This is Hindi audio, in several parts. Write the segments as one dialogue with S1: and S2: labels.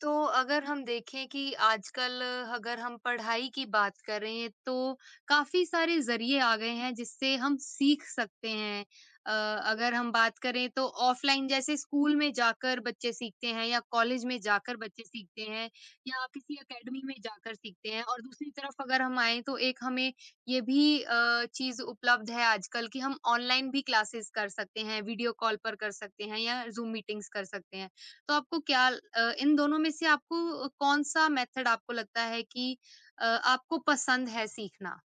S1: तो अगर हम देखें कि आजकल अगर हम पढ़ाई की बात करें तो काफी सारे जरिए आ गए हैं जिससे हम सीख सकते हैं। अ, अगर हम बात करें तो ऑफलाइन जैसे स्कूल में जाकर बच्चे सीखते हैं या कॉलेज में जाकर बच्चे सीखते हैं या किसी एकेडमी में जाकर सीखते हैं और दूसरी तरफ अगर हम आए तो एक हमें ये भी चीज उपलब्ध है आजकल कि हम ऑनलाइन भी क्लासेस कर सकते हैं वीडियो कॉल पर कर सकते हैं या जूम मीटिंग्स कर सकते हैं। तो आपको इन दोनों में से आपको कौन-सा मेथड आपको लगता है कि आपको पसंद है सीखना?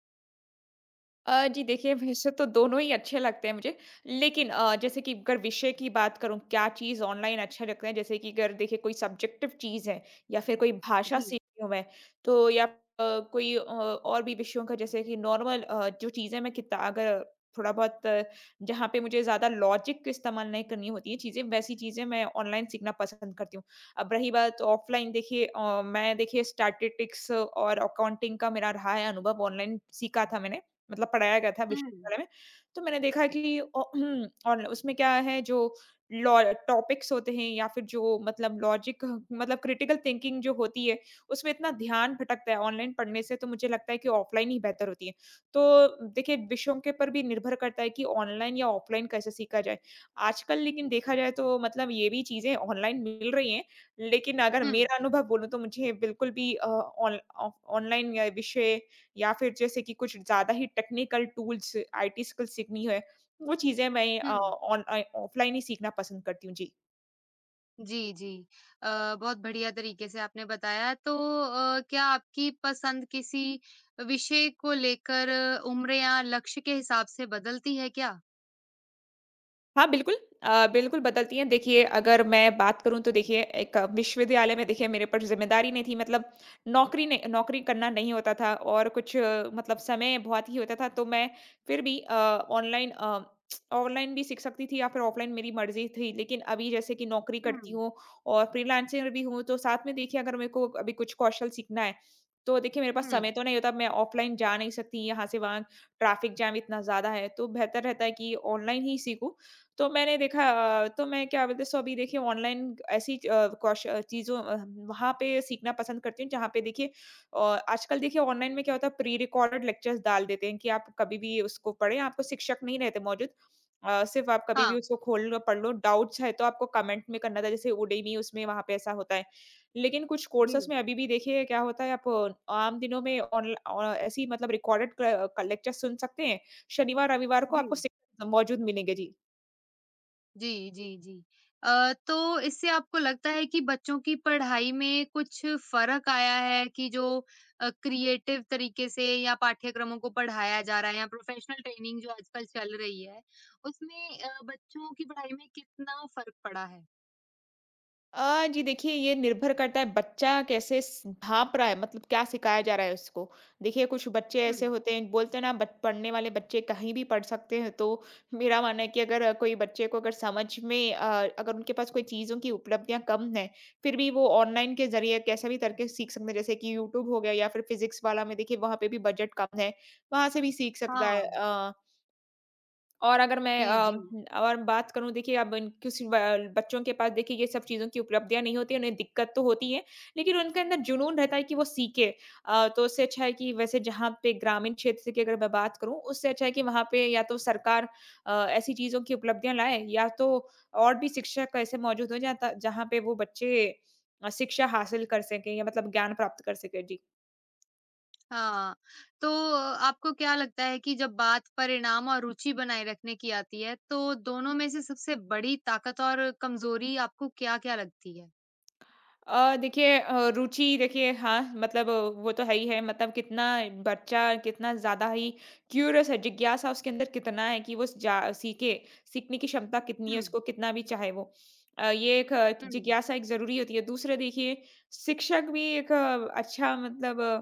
S2: जी देखिए, वैसे तो दोनों ही अच्छे लगते हैं मुझे। लेकिन, जैसे कि अगर विषय की बात करूँ, क्या चीज़ ऑनलाइन अच्छा लगता है, जैसे कि अगर देखिए कोई सब्जेक्टिव चीज़ है या फिर कोई भाषा
S1: जी।
S2: सीख रही हूँ मैं, तो या अ, कोई और भी विषयों का, जैसे कि नॉर्मल, जो चीज़ें मैं किता अगर थोड़ा बहुत, जहाँ पे मुझे ज़्यादा लॉजिक का इस्तेमाल नहीं करनी होती है चीज़ें, वैसी चीज़ें मैं ऑनलाइन सीखना पसंद करती हूँ। अब रही बात ऑफ़लाइन। देखिए, मैं देखिए स्टैटिस्टिक्स और अकाउंटिंग का मेरा रहा है अनुभव, ऑनलाइन सीखा था मैंने। मतलब पढ़ाया गया था
S1: हुँ,
S2: विश्वविद्यालय में। तो मैंने देखा कि औ और उसमें क्या है, जो लॉ टॉपिक्स होते हैं या फिर जो मतलब लॉजिक, मतलब क्रिटिकल थिंकिंग जो होती है, उसमें इतना ध्यान भटकता है ऑनलाइन पढ़ने से, तो मुझे लगता है कि ऑफलाइन ही बेहतर होती है। तो देखिए विषयों के पर भी निर्भर करता है कि ऑनलाइन या ऑफलाइन कैसे सीखा जाए। आजकल लेकिन देखा जाए तो मतलब ये भी चीज़ें ऑनलाइन मिल रही हैं, लेकिन अगर
S1: हुँ,
S2: मेरा अनुभव बोलूँ तो मुझे बिल्कुल भी, ऑन ऑफ ऑनलाइन या विषय, या फिर जैसे कि कुछ ज़्यादा ही टेक्निकल टूल्स, आईटी स्किल्स सीखनी है, वो चीज़ें मैं
S1: हुँ।
S2: अ, ऑफ़लाइन ही सीखना पसंद करती हूँ। जी।
S1: जी, जी। अ, बहुत बढ़िया तरीके से आपने बताया तो क्या आपकी पसंद किसी विषय को लेकर उम्र या लक्ष्य के हिसाब से बदलती है क्या?
S2: हाँ, बिल्कुल। बिल्कुल बदलती हैं। देखिए, अगर मैं बात करूँ तो देखिए, एक विश्वविद्यालय में देखिए मेरे ऊपर ज़िम्मेदारी नहीं थी, मतलब नौकरी ने नौकरी करना नहीं होता था और कुछ, मतलब समय बहुत ही होता था, तो मैं फिर भी, ऑनलाइन अ, ऑनलाइन भी सीख सकती थी या फिर ऑफ़लाइन मेरी मर्ज़ी थी। लेकिन अभी जैसे कि नौकरी करती
S1: हुँ,
S2: हूँ और फ्रीलांसर भी हूँ, तो साथ में देखिए, अगर मेरे को अभी कुछ कौशल सीखना है, तो देखिए मेरे पास
S1: हुँ।
S2: समय तो नहीं होता, मैं ऑफ़लाइन जा नहीं सकती यहाँ से वहाँ, ट्रैफ़िक जैम इतना ज़्यादा है। तो बेहतर रहता है कि ऑनलाइन ही सीखूँ। तो मैंने देखा, तो मैं क्या बोलते हैं, सो अभी देखिए ऑनलाइन ऐसी, चीज़ों, वहाँ पे सीखना पसंद करती हूँ, जहाँ पे देखिए, आजकल देखिए ऑनलाइन में क्या होता है, प्री रिकॉर्डेड लेक्चर्स डाल देते हैं कि आप कभी भी उसको पढ़ें, आपको शिक्षक नहीं रहते मौजूद। सिर्फ आप कभी भी
S1: हाँ।
S2: उसको खोल लो, पढ़ लो, डाउट्स है तो आपको कमेंट में करना था, जैसे उडेमी उसमें वहाँ पे ऐसा होता है। लेकिन कुछ कोर्सेस
S1: जी,
S2: में अभी भी देखिए क्या होता है, आप, आम दिनों में ऐसी मतलब रिकॉर्डेड लेक्चर सुन सकते हैं, शनिवार रविवार को
S1: जी।
S2: आपको शिक्षक मौजूद मिलेंगे। जी।
S1: जी, जी, जी। तो इससे आपको लगता है कि बच्चों की पढ़ाई में कुछ फ़र्क आया है कि जो क्रिएटिव तरीके से या पाठ्यक्रमों को पढ़ाया जा रहा है या प्रोफ़ेशनल ट्रेनिंग जो आजकल चल रही है, उसमें बच्चों की पढ़ाई में कितना फ़र्क पड़ा है?
S2: जी देखिए, ये निर्भर करता है बच्चा कैसे स भाँप रहा है, मतलब क्या सिखाया जा रहा है उसको। देखिए कुछ बच्चे
S1: हुँ,
S2: ऐसे होते हैं, बोलते हैं ना, बच पढ़ने वाले बच्चे कहीं भी पढ़ सकते हैं। तो मेरा मानना है कि, अगर, कोई बच्चे को अगर समझ में अ, अगर उनके पास कोई चीज़ों की उपलब्धियाँ कम हैं, फिर भी वो ऑनलाइन के ज़रिए कैसे भी करके सीख सकते हैं। जैसे कि यूट्यूब हो गया, या फिर फिज़िक्स वाला में देखिए, वहाँ पे भी बजट कम है, वहाँ से भी सीख सकता है।
S1: हाँ।
S2: और अगर मैं
S1: जी, जी।
S2: अ, और बात करूँ, देखिए अब इन किसी ब बच्चों के पास देखिए ये सब चीज़ों की उपलब्धियाँ नहीं होती हैं, उन्हें दिक्कत तो होती है, लेकिन उनके अंदर जुनून रहता है कि वो सीखें। तो उससे अच्छा है कि, वैसे जहाँ पे ग्रामीण क्षेत्र की अगर मैं बात करूँ, उससे अच्छा है कि वहाँ पे या तो सरकार, ऐसी चीज़ों की उपलब्धियाँ लाए, या तो और भी शिक्षक ऐसे मौजूद हों, जहाँ पे वो बच्चे, शिक्षा हासिल कर सकें या मतलब ज्ञान प्राप्त कर सकें। जी।
S1: हाँ, तो आपको क्या लगता है कि जब बात परिणाम और रुचि बनाए रखने की आती है, तो दोनों में से सबसे बड़ी ताकत और कमज़ोरी आपको क्या-क्या लगती है?
S2: देखिए, रुचि देखिए, हाँ मतलब, वो तो है ही है, मतलब कितना बच्चा कितना ज़्यादा ही क्यूरियस है, जिज्ञासा उसके अंदर कितना है कि वो जा सीखे, सीखने की क्षमता कितनी है,
S1: हुँ।
S2: उसको कितना भी चाहे वो। ये एक,
S1: हुँ,
S2: जिज्ञासा एक ज़रूरी होती है, दूसरे देखिए शिक्षक भी एक, अच्छा मतलब अ,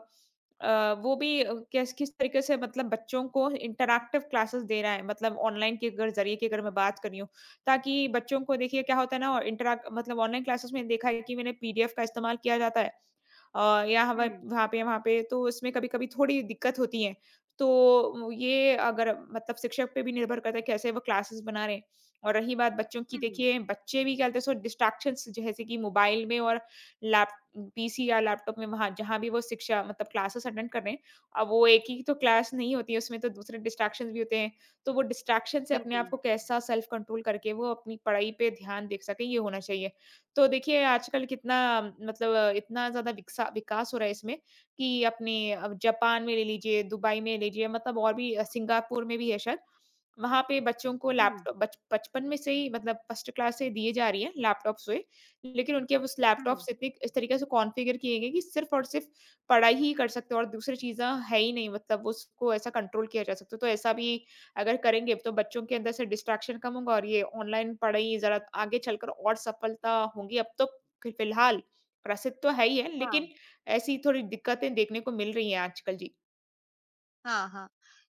S2: अ, वो भी, किस किस तरीके से, मतलब बच्चों को इंटरैक्टिव क्लासेस दे रहा है, मतलब ऑनलाइन के अगर जरिए की अगर मैं बात करी हूँ, ताकि बच्चों को देखिए क्या होता है ना। और इंटरैक्ट मतलब ऑनलाइन क्लासेस में देखा है कि मैंने पीडीएफ का इस्तेमाल किया जाता है। या हवा
S1: हुँ,
S2: वहाँ पे तो उसमें कभी-कभी थोड़ी दिक्कत होती है। तो वो ये, अगर मतलब शिक्षक पे भी निर्भर करता है, कैसे वो क्लासेस बना रहे हैं। और रही बात बच्चों की,
S1: हुँ,
S2: देखिए बच्चे भी क्या होता है, सो डिस्ट्रैक्शंस जैसे कि मोबाइल में, और लैप पीसी या लैपटॉप में, वहाँ जहाँ भी वो शिक्षा मतलब क्लासेस अटेंड कर रहे हैं। अब वो एक ही तो क्लास नहीं होती है, उसमें तो दूसरे डिस्ट्रैक्शंस भी होते हैं। तो वो डिस्ट्रैक्शन से अपने आप
S1: बिल्कुल,
S2: को कैसा सेल्फ कंट्रोल करके वो अपनी पढ़ाई पे ध्यान दे सकें, ये होना चाहिए। तो देखिए आजकल कितना मतलब इतना ज़्यादा विकसा विकास हो रहा है इसमें कि, अपने अब जापान में ले लीजिए, दुबई में ले लीजिए, मतलब और भी, सिंगापुर में भी है शायद। वहाँ पे बच्चों को
S1: हुँ,
S2: लैपटॉप बच बचपन में से ही, मतलब फर्स्ट क्लास से दिए जा रही हैं लैपटॉप्स हुए। लेकिन उनके अब उस
S1: हुँ,
S2: लैपटॉप्स इतने इस तरीके से कॉन्फ़िगर किए गए कि सिर्फ़ और सिर्फ़ पढ़ाई ही कर सकते हो, और दूसरी चीज़ें है ही नहीं, मतलब उसको ऐसा कंट्रोल किया जा सकता है। तो ऐसा भी अगर करेंगे, तो बच्चों के अंदर से डिस्ट्रैक्शन कम होगा, और ये ऑनलाइन पढ़ाई ज़रा आगे चलकर और सफलता होंगी। अब तो फ़िलहाल प्रसिद्ध तो है ही है, लेकिन
S1: हाँ,
S2: ऐसी थोड़ी दिक्कतें देखने को मिल रही हैं आजकल। जी।
S1: हाँ, हाँ।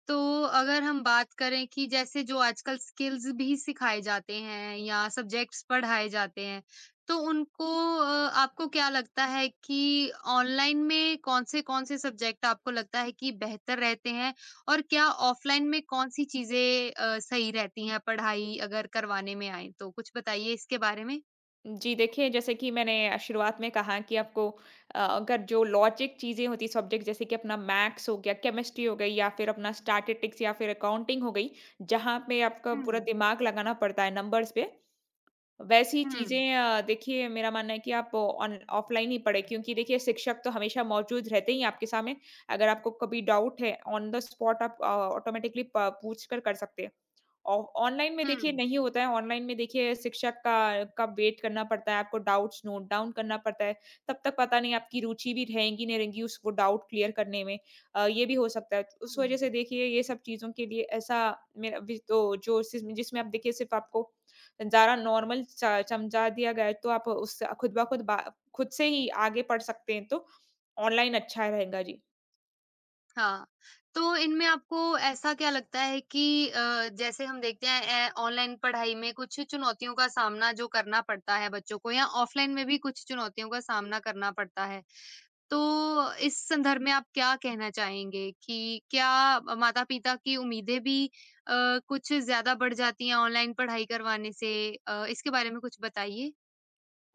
S1: तो अगर हम बात करें कि जैसे जो आजकल स्किल्स भी सिखाए जाते हैं या सब्जेक्ट्स पढ़ाए जाते हैं, तो उनको आपको क्या लगता है कि ऑनलाइन में कौन-से-कौन से कौन से सब्जेक्ट आपको लगता है कि बेहतर रहते हैं? और क्या ऑफलाइन में कौन-सी चीज़ें सही रहती हैं पढ़ाई अगर करवाने में आएँ तो? कुछ बताइए इसके बारे में।
S2: जी, देखिए जैसे कि मैंने शुरुआत में कहा कि आपको, अगर जो लॉजिक चीज़ें होती हैं सब्जेक्ट, जैसे कि अपना मैथ्स हो गया, केमिस्ट्री हो गई, या फिर अपना स्टैटिस्टिक्स या फिर अकाउंटिंग हो गई, जहाँ पे आपका
S1: हुँ,
S2: पूरा दिमाग लगाना पड़ता है नंबर्स पे। वैसी
S1: हुँ,
S2: चीज़ें, देखिए मेरा मानना है कि आप ऑन ऑफ़लाइन ही पढ़ें, क्योंकि देखिए शिक्षक तो हमेशा मौजूद रहते ही हैं आपके सामने। अगर आपको कभी डाउट है, ऑन द स्पॉट आप, ऑटोमेटिकली प पूछ कर, कर सकते हैं। औ ऑनलाइन में देखिए
S1: हुँ,
S2: नहीं होता है, ऑनलाइन में देखिए शिक्षक का वेट करना पड़ता है, आपको डाउट्स नोट डाउन करना पड़ता है, तब तक पता नहीं आपकी रुचि भी रहेंगी नहीं रहेंगी उसको डाउट क्लियर करने में। ये भी हो सकता है। तो उस
S1: हुँ।
S2: वजह से देखिए, ये सब चीज़ों के लिए ऐसा मेरा भी तो, जो सिस्म जिसमें आप देखिए सिर्फ़ आपको ज़रा नॉर्मल च समझा दिया गया है, तो आप उससे खुद ब खुद बा खुद से ही आगे पढ़ सकते हैं, तो ऑनलाइन अच्छा रहेगा। जी।
S1: हाँ, तो इनमें आपको ऐसा क्या लगता है कि जैसे हम देखते हैं ऑनलाइन पढ़ाई में कुछ चुनौतियों का सामना जो करना पड़ता है बच्चों को या ऑफलाइन में भी कुछ चुनौतियों का सामना करना पड़ता है। तो इस संदर्भ में आप क्या कहना चाहेंगे कि क्या माता-पिता की उम्मीदें भी अ, कुछ ज़्यादा बढ़ जाती हैं ऑनलाइन पढ़ाई करवाने से? इसके बारे में कुछ बताइए।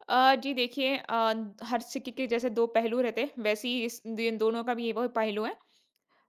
S2: जी देखिए, हर सिक्के के जैसे 2 पहलू रहते हैं, वैसे ही इस दिन दोनों का भी ये वो पहलू है।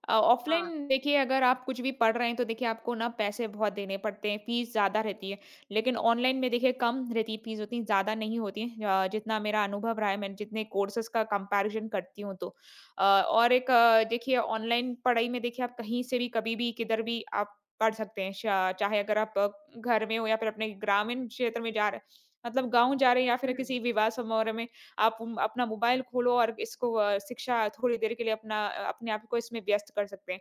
S1: हाँ।
S2: ऑफ़लाइन देखिए, अगर आप कुछ भी पढ़ रहे हैं, तो देखिए आपको ना पैसे बहुत देने पड़ते हैं, फ़ीस ज़्यादा रहती है। लेकिन ऑनलाइन में देखिए कम रहती है, फ़ीस उतनी ज़्यादा नहीं होती है, जितना मेरा अनुभव रहा है, मैं जितने कोर्सेज़ का कंपैरिज़न करती हूँ तो। और एक, देखिए ऑनलाइन पढ़ाई में देखिए, आप कहीं से भी, कभी भी, किधर भी आप पढ़ सकते हैं। शा चाहे अगर आप, घर में हो, या फिर अपने ग्रामीण क्षेत्र में जा रहे, मतलब गाँव जा रहे हैं, या फिर
S1: हुँ,
S2: किसी विवाह समारोह में, आप अपना मोबाइल खोलो और इसको, शिक्षा थोड़ी देर के लिए अपना, अपने आप को इसमें व्यस्त कर सकते हैं।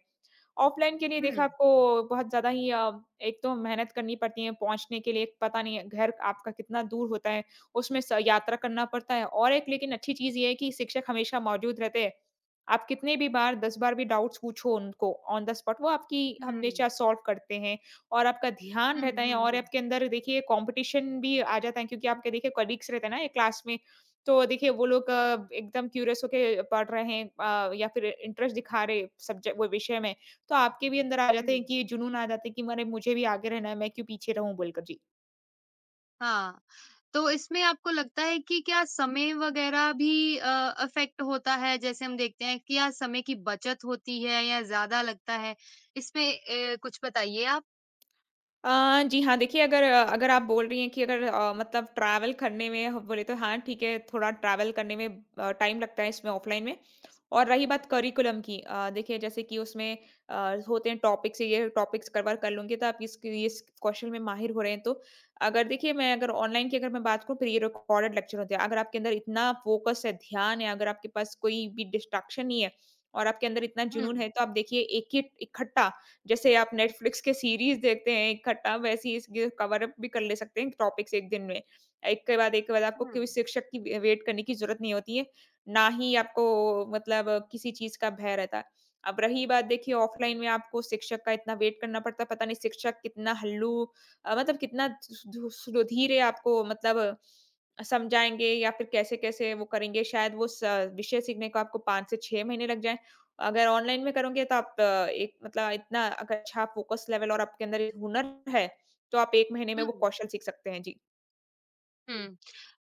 S2: ऑफ़लाइन के लिए
S1: हुँ,
S2: देखिए आपको बहुत ज़्यादा ही, एक तो मेहनत करनी पड़ती है पहुँचने के लिए, पता नहीं है घर आपका कितना दूर होता है, उसमें स यात्रा करना पड़ता है, और एक लेकिन अच्छी चीज़ ये है कि शिक्षक हमेशा मौजूद रहते हैं। आप कितने भी बार, 10 बार भी डाउट्स पूछो उनको ऑन द स्पॉट, वो आपकी
S1: हुँ,
S2: हमेशा सॉल्व करते हैं, और आपका ध्यान
S1: हुँ, हुँ,
S2: रहता है,
S1: हुँ,
S2: और
S1: हुँ,
S2: आपके अंदर देखिए कॉम्पिटिशन भी आ जाता है, क्योंकि आपके देखिए कलीग्स रहते हैं ना एक क्लास में, तो देखिए वो लोग, एकदम क्यूरियस होके पढ़ रहे हैं, या फिर इंटरेस्ट दिखा रहे सब्जेक्ट वो विषय में। तो आपके भी अंदर आ
S1: हुँ।
S2: जाते हैं कि, ये जुनून आ जाता है कि, अरे मुझे भी आगे रहना है, मैं क्यों पीछे रहूँ, बोलकर? जी।
S1: हाँ, तो इसमें आपको लगता है कि क्या समय वगैरह भी अफ़ेक्ट होता है? जैसे हम देखते हैं कि या समय की बचत होती है या ज़्यादा लगता है? इसमें कुछ बताइए आप?
S2: जी हाँ, देखिए अगर अगर आप बोल रही हैं कि अगर मतलब ट्रैवल करने में ह बोले तो हाँ, ठीक है, थोड़ा ट्रैवल करने में टाइम लगता है इसमें ऑफ़लाइन में। और रही बात करिकुलम की देखिए जैसे कि उसमें होते हैं टॉपिक्स, ये टॉपिक्स कवर कर लूँगी तो आप इस कौशल में माहिर हो रहे हैं। तो अगर देखिए मैं अगर ऑनलाइन की अगर मैं बात करूँ, प्री रिकॉर्डेड लेक्चर होते हैं। अगर आपके अंदर इतना फ़ोकस है, ध्यान है, अगर आपके पास कोई भी डिस्ट्रैक्शन नहीं है और आपके अंदर इतना
S1: हुँ,
S2: जुनून है तो आप देखिए एक ही इकट्ठा, जैसे आप नेटफ्लिक्स के सीरीज़ देखते हैं इकट्ठा, वैसी इसकी कवर अप भी कर ले सकते हैं टॉपिक्स एक दिन में। एक के बाद आपको
S1: हुँ,
S2: कोई शिक्षक की वे वेट करने की ज़रूरत नहीं होती है, ना ही आपको मतलब किसी चीज़ का भय रहता है। अब रही बात, देखिए
S1: हुँ,
S2: ऑफ़लाइन में आपको शिक्षक का इतना वेट करना पड़ता है, पता नहीं शिक्षक कितना हल्लू मतलब कितना स धु सुधीरे आपको मतलब समझाएँगे या फिर कैसे-कैसे वो करेंगे। शायद वो स विषय सीखने को आपको 5 से 6 महीने लग जाएँ। अगर ऑनलाइन में करोगे तो आप एक मतलब इतना अगर अच्छा फोकस लेवल और आपके अंदर एक हुनर है, तो आप 1 महीने में वो
S1: हुँ,
S2: कौशल सीख सकते हैं। जी।
S1: हुँ।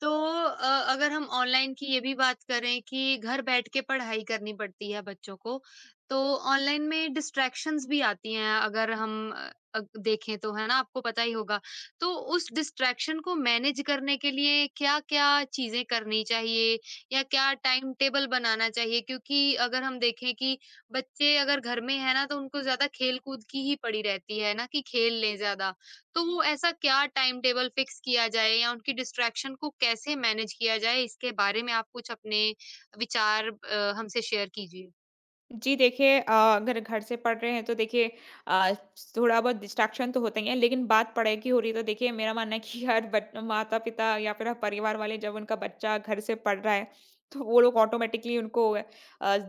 S1: तो अगर हम ऑनलाइन की ये भी बात करें कि घर बैठ के पढ़ाई करनी पड़ती है बच्चों को, तो ऑनलाइन में डिस्ट्रैक्शंस भी आती हैं अगर हम अ, अग देखें तो, है ना? आपको पता ही होगा। तो उस डिस्ट्रैक्शन को मैनेज करने के लिए क्या-क्या चीज़ें करनी चाहिए या क्या टाइम टेबल बनाना चाहिए? क्योंकि अगर हम देखें कि बच्चे अगर घर में हैं ना, तो उनको ज़्यादा खेल-कूद की ही पड़ी रहती है ना कि खेल लें ज़्यादा। तो वो ऐसा क्या टाइम टेबल फिक्स किया जाए या उनकी डिस्ट्रैक्शन को कैसे मैनेज किया जाए? इसके बारे में आप कुछ अपने विचार हमसे शेयर कीजिए।
S2: जी देखिए, अगर घर से पढ़ रहे हैं तो देखिए अ, थोड़ा बहुत डिस्ट्रैक्शन तो होता ही है, लेकिन बात पढ़ाई की हो रही है तो देखिए मेरा मानना है कि हर बच- माता पिता या फिर हर परिवार वाले, जब उनका बच्चा घर से पढ़ रहा है तो वो लोग ऑटोमेटिकली उनको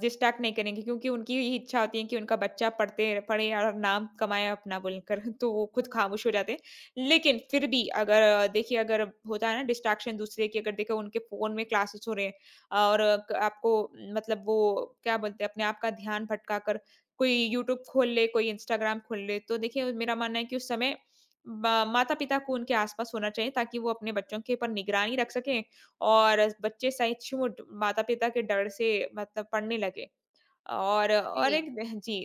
S2: डिस्ट्रैक्ट नहीं करेंगे क्योंकि उनकी यही इच्छा होती है कि उनका बच्चा पढ़ते पढ़े और नाम कमाए अपना बोलकर। तो वो खुद
S1: हुँ।
S2: खामोश हो जाते हैं, लेकिन फिर भी अगर देखिए अगर होता है ना डिस्ट्रैक्शन दूसरे की, अगर देखो उनके फोन में क्लासेस हो रहे हैं और क आपको मतलब वो क्या बोलते हैं, अपने आप का ध्यान भटका कर कोई यूट्यूब खोल ले, कोई इंस्टाग्राम खोल ले। तो देखिए मेरा मानना है कि उस समय ब माता-पिता को उनके आस-पास होना चाहिए ताकि वो अपने बच्चों के ऊपर निगरानी रख सकें और बच्चे सचमुच माता-पिता के डर से मतलब पढ़ने लगे। और
S1: जी,
S2: एक जी।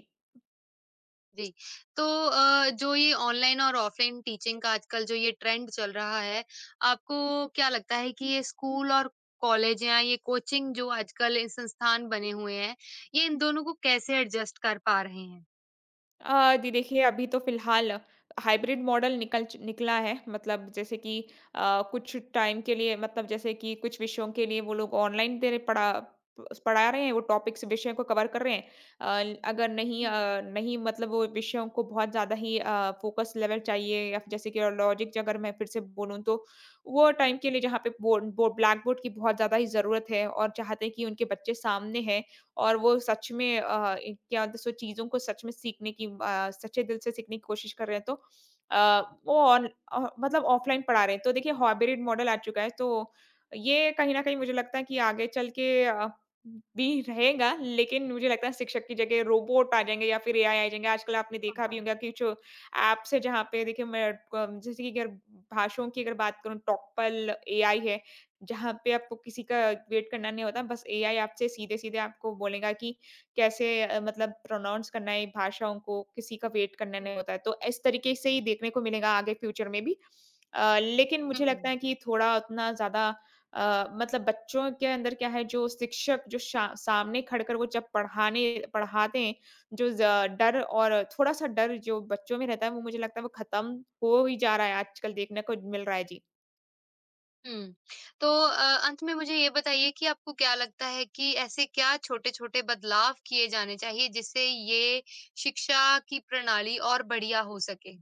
S1: जी। तो जो ये ऑनलाइन और ऑफलाइन टीचिंग का आजकल जो ये ट्रेंड चल रहा है, आपको क्या लगता है कि ये स्कूल और कॉलेज या ये कोचिंग जो आजकल ये संस्थान बने हुए हैं, ये इन दोनों को कैसे एडजस्ट कर पा रहे हैं?
S2: दी देखिए, अभी तो फ़िलहाल हाइब्रिड मॉडल निकल च निकला है। मतलब जैसे कि कुछ टाइम के लिए, मतलब जैसे कि कुछ विषयों के लिए वो लोग ऑनलाइन दे रहे पढ़ा पढ़ा रहे हैं, वो टॉपिक्स विषय को कवर कर रहे हैं। अगर नहीं
S1: हुँ।
S2: नहीं मतलब वो विषयों को बहुत ज़्यादा ही फ़ोकस लेवल चाहिए या फिर जैसे कि लॉजिक अगर मैं फिर से बोलूँ तो वो टाइम के लिए जहाँ पे बोर्ड बो ब्लैक बोर्ड की बहुत ज़्यादा ही ज़रूरत है और चाहते हैं कि उनके बच्चे सामने हैं और वो सच में एक क्या होता है सो चीज़ों को सच में सीखने की सच्चे दिल से सीखने की कोशिश कर रहे हैं, तो अ, वो ऑन मतलब ऑफलाइन पढ़ा रहे हैं। तो देखिए हाइब्रिड मॉडल आ चुका है तो ये कहीं न कहीं मुझे लगता है कि आगे चल के भी रहेगा, लेकिन मुझे लगता है शिक्षक की जगह रोबोट आ जाएँगे या फिर एआई आ जाएँगे। आजकल आपने
S1: हाँ,
S2: देखा भी
S1: हाँ।
S2: होगा कि जो ऐप्स है जहाँ पे देखिए मैं क जैसे कि अगर भाषाओं की अगर बात करूँ, टॉकपल एआई है। जहाँ पे आपको किसी का वेट करना नहीं होता, बस एआई आपसे सीधे-सीधे आपको बोलेगा कि कैसे मतलब प्रोनाउंस करना है भाषाओं को, किसी का वेट करना
S1: हुँ।
S2: नहीं होता है। तो इस तरीके से ही देखने को मिलेगा आगे फ्यूचर में भी। लेकिन मुझे
S1: हुँ।
S2: लगता है कि थोड़ा उतना ज़्यादा मतलब बच्चों के अंदर क्या है जो शिक्षक जो शा सामने खड़कर वो जब पढ़ाने पढ़ाते हैं, जो ज डर और थोड़ा-सा डर जो बच्चों में रहता है, वो मुझे लगता है वो खत्म हो ही जा रहा है, आजकल देखने को मिल रहा है। जी।
S1: हुँ। तो अंत में मुझे ये बताइए कि आपको क्या लगता है कि ऐसे क्या छोटे-छोटे बदलाव किए जाने चाहिए जिससे ये शिक्षा की प्रणाली और बढ़िया हो सके?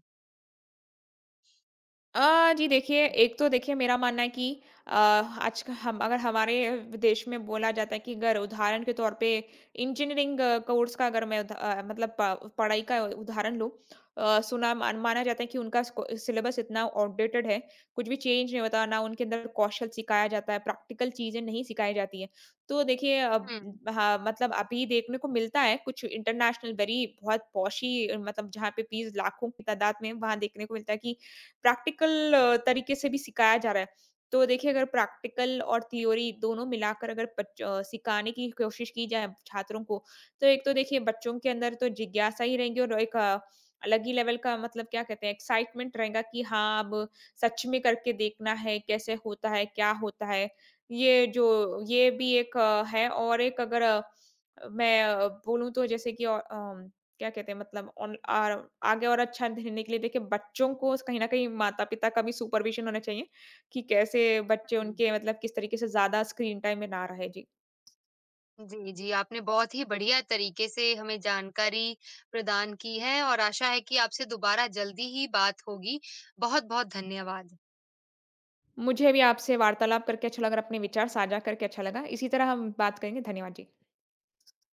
S2: जी देखिए, एक तो देखिए मेरा मानना है कि अ, आज का हम अगर हमारे देश में बोला जाता है कि अगर उदाहरण के तौर पे इंजीनियरिंग कोर्स का अगर मैं उदा मतलब प पढ़ाई का उदाहरण लूँ, सुना मान माना जाता है कि उनका स्को सिलेबस इतना आउटडेटेड है, कुछ भी चेंज नहीं होता, ना उनके अंदर कौशल सिखाया जाता है, प्रैक्टिकल चीज़ें नहीं सिखाई जाती हैं। तो देखिए अब
S1: हुँ,
S2: हाँ, मतलब अभी देखने को मिलता है कुछ इंटरनेशनल वेरी बहुत पॉशी, मतलब जहाँ पे फीस लाखों की तादाद में, वहाँ देखने को मिलता है कि प्रैक्टिकल तरीके से भी सिखाया जा रहा है। तो देखिए अगर प्रैक्टिकल और थ्योरी दोनों मिलाकर अगर बच सिखाने की कोशिश की जाए छात्रों को, तो एक तो देखिए बच्चों के अंदर तो जिज्ञासा ही रहेगी और एक अलग ही लेवल का मतलब क्या कहते हैं एक्साइटमेंट रहेगा कि हाँ, अब सच में करके देखना है, कैसे होता है, क्या होता है? ये जो ये भी एक है और एक अगर मैं मैं बोलूँ तो जैसे कि औ अम क्या कहते हैं मतलब ऑन आर आगे और अच्छा देने के लिए देखिए बच्चों को कहीं न कहीं माता-पिता का भी सुपरविज़न होना चाहिए, कि कैसे बच्चे
S1: हुँ।
S2: उनके मतलब किस तरीके से ज़्यादा स्क्रीन टाइम में ना रहे। जी।
S1: जी, जी, आपने बहुत ही बढ़िया तरीके से हमें जानकारी प्रदान की है और आशा है कि आपसे दोबारा जल्दी ही बात होगी। बहुत-बहुत धन्यवाद।
S2: मुझे भी आपसे वार्तालाप करके अच्छा लगा और अपने विचार साझा करके अच्छा लगा। इसी तरह हम बात करेंगे। धन्यवाद जी।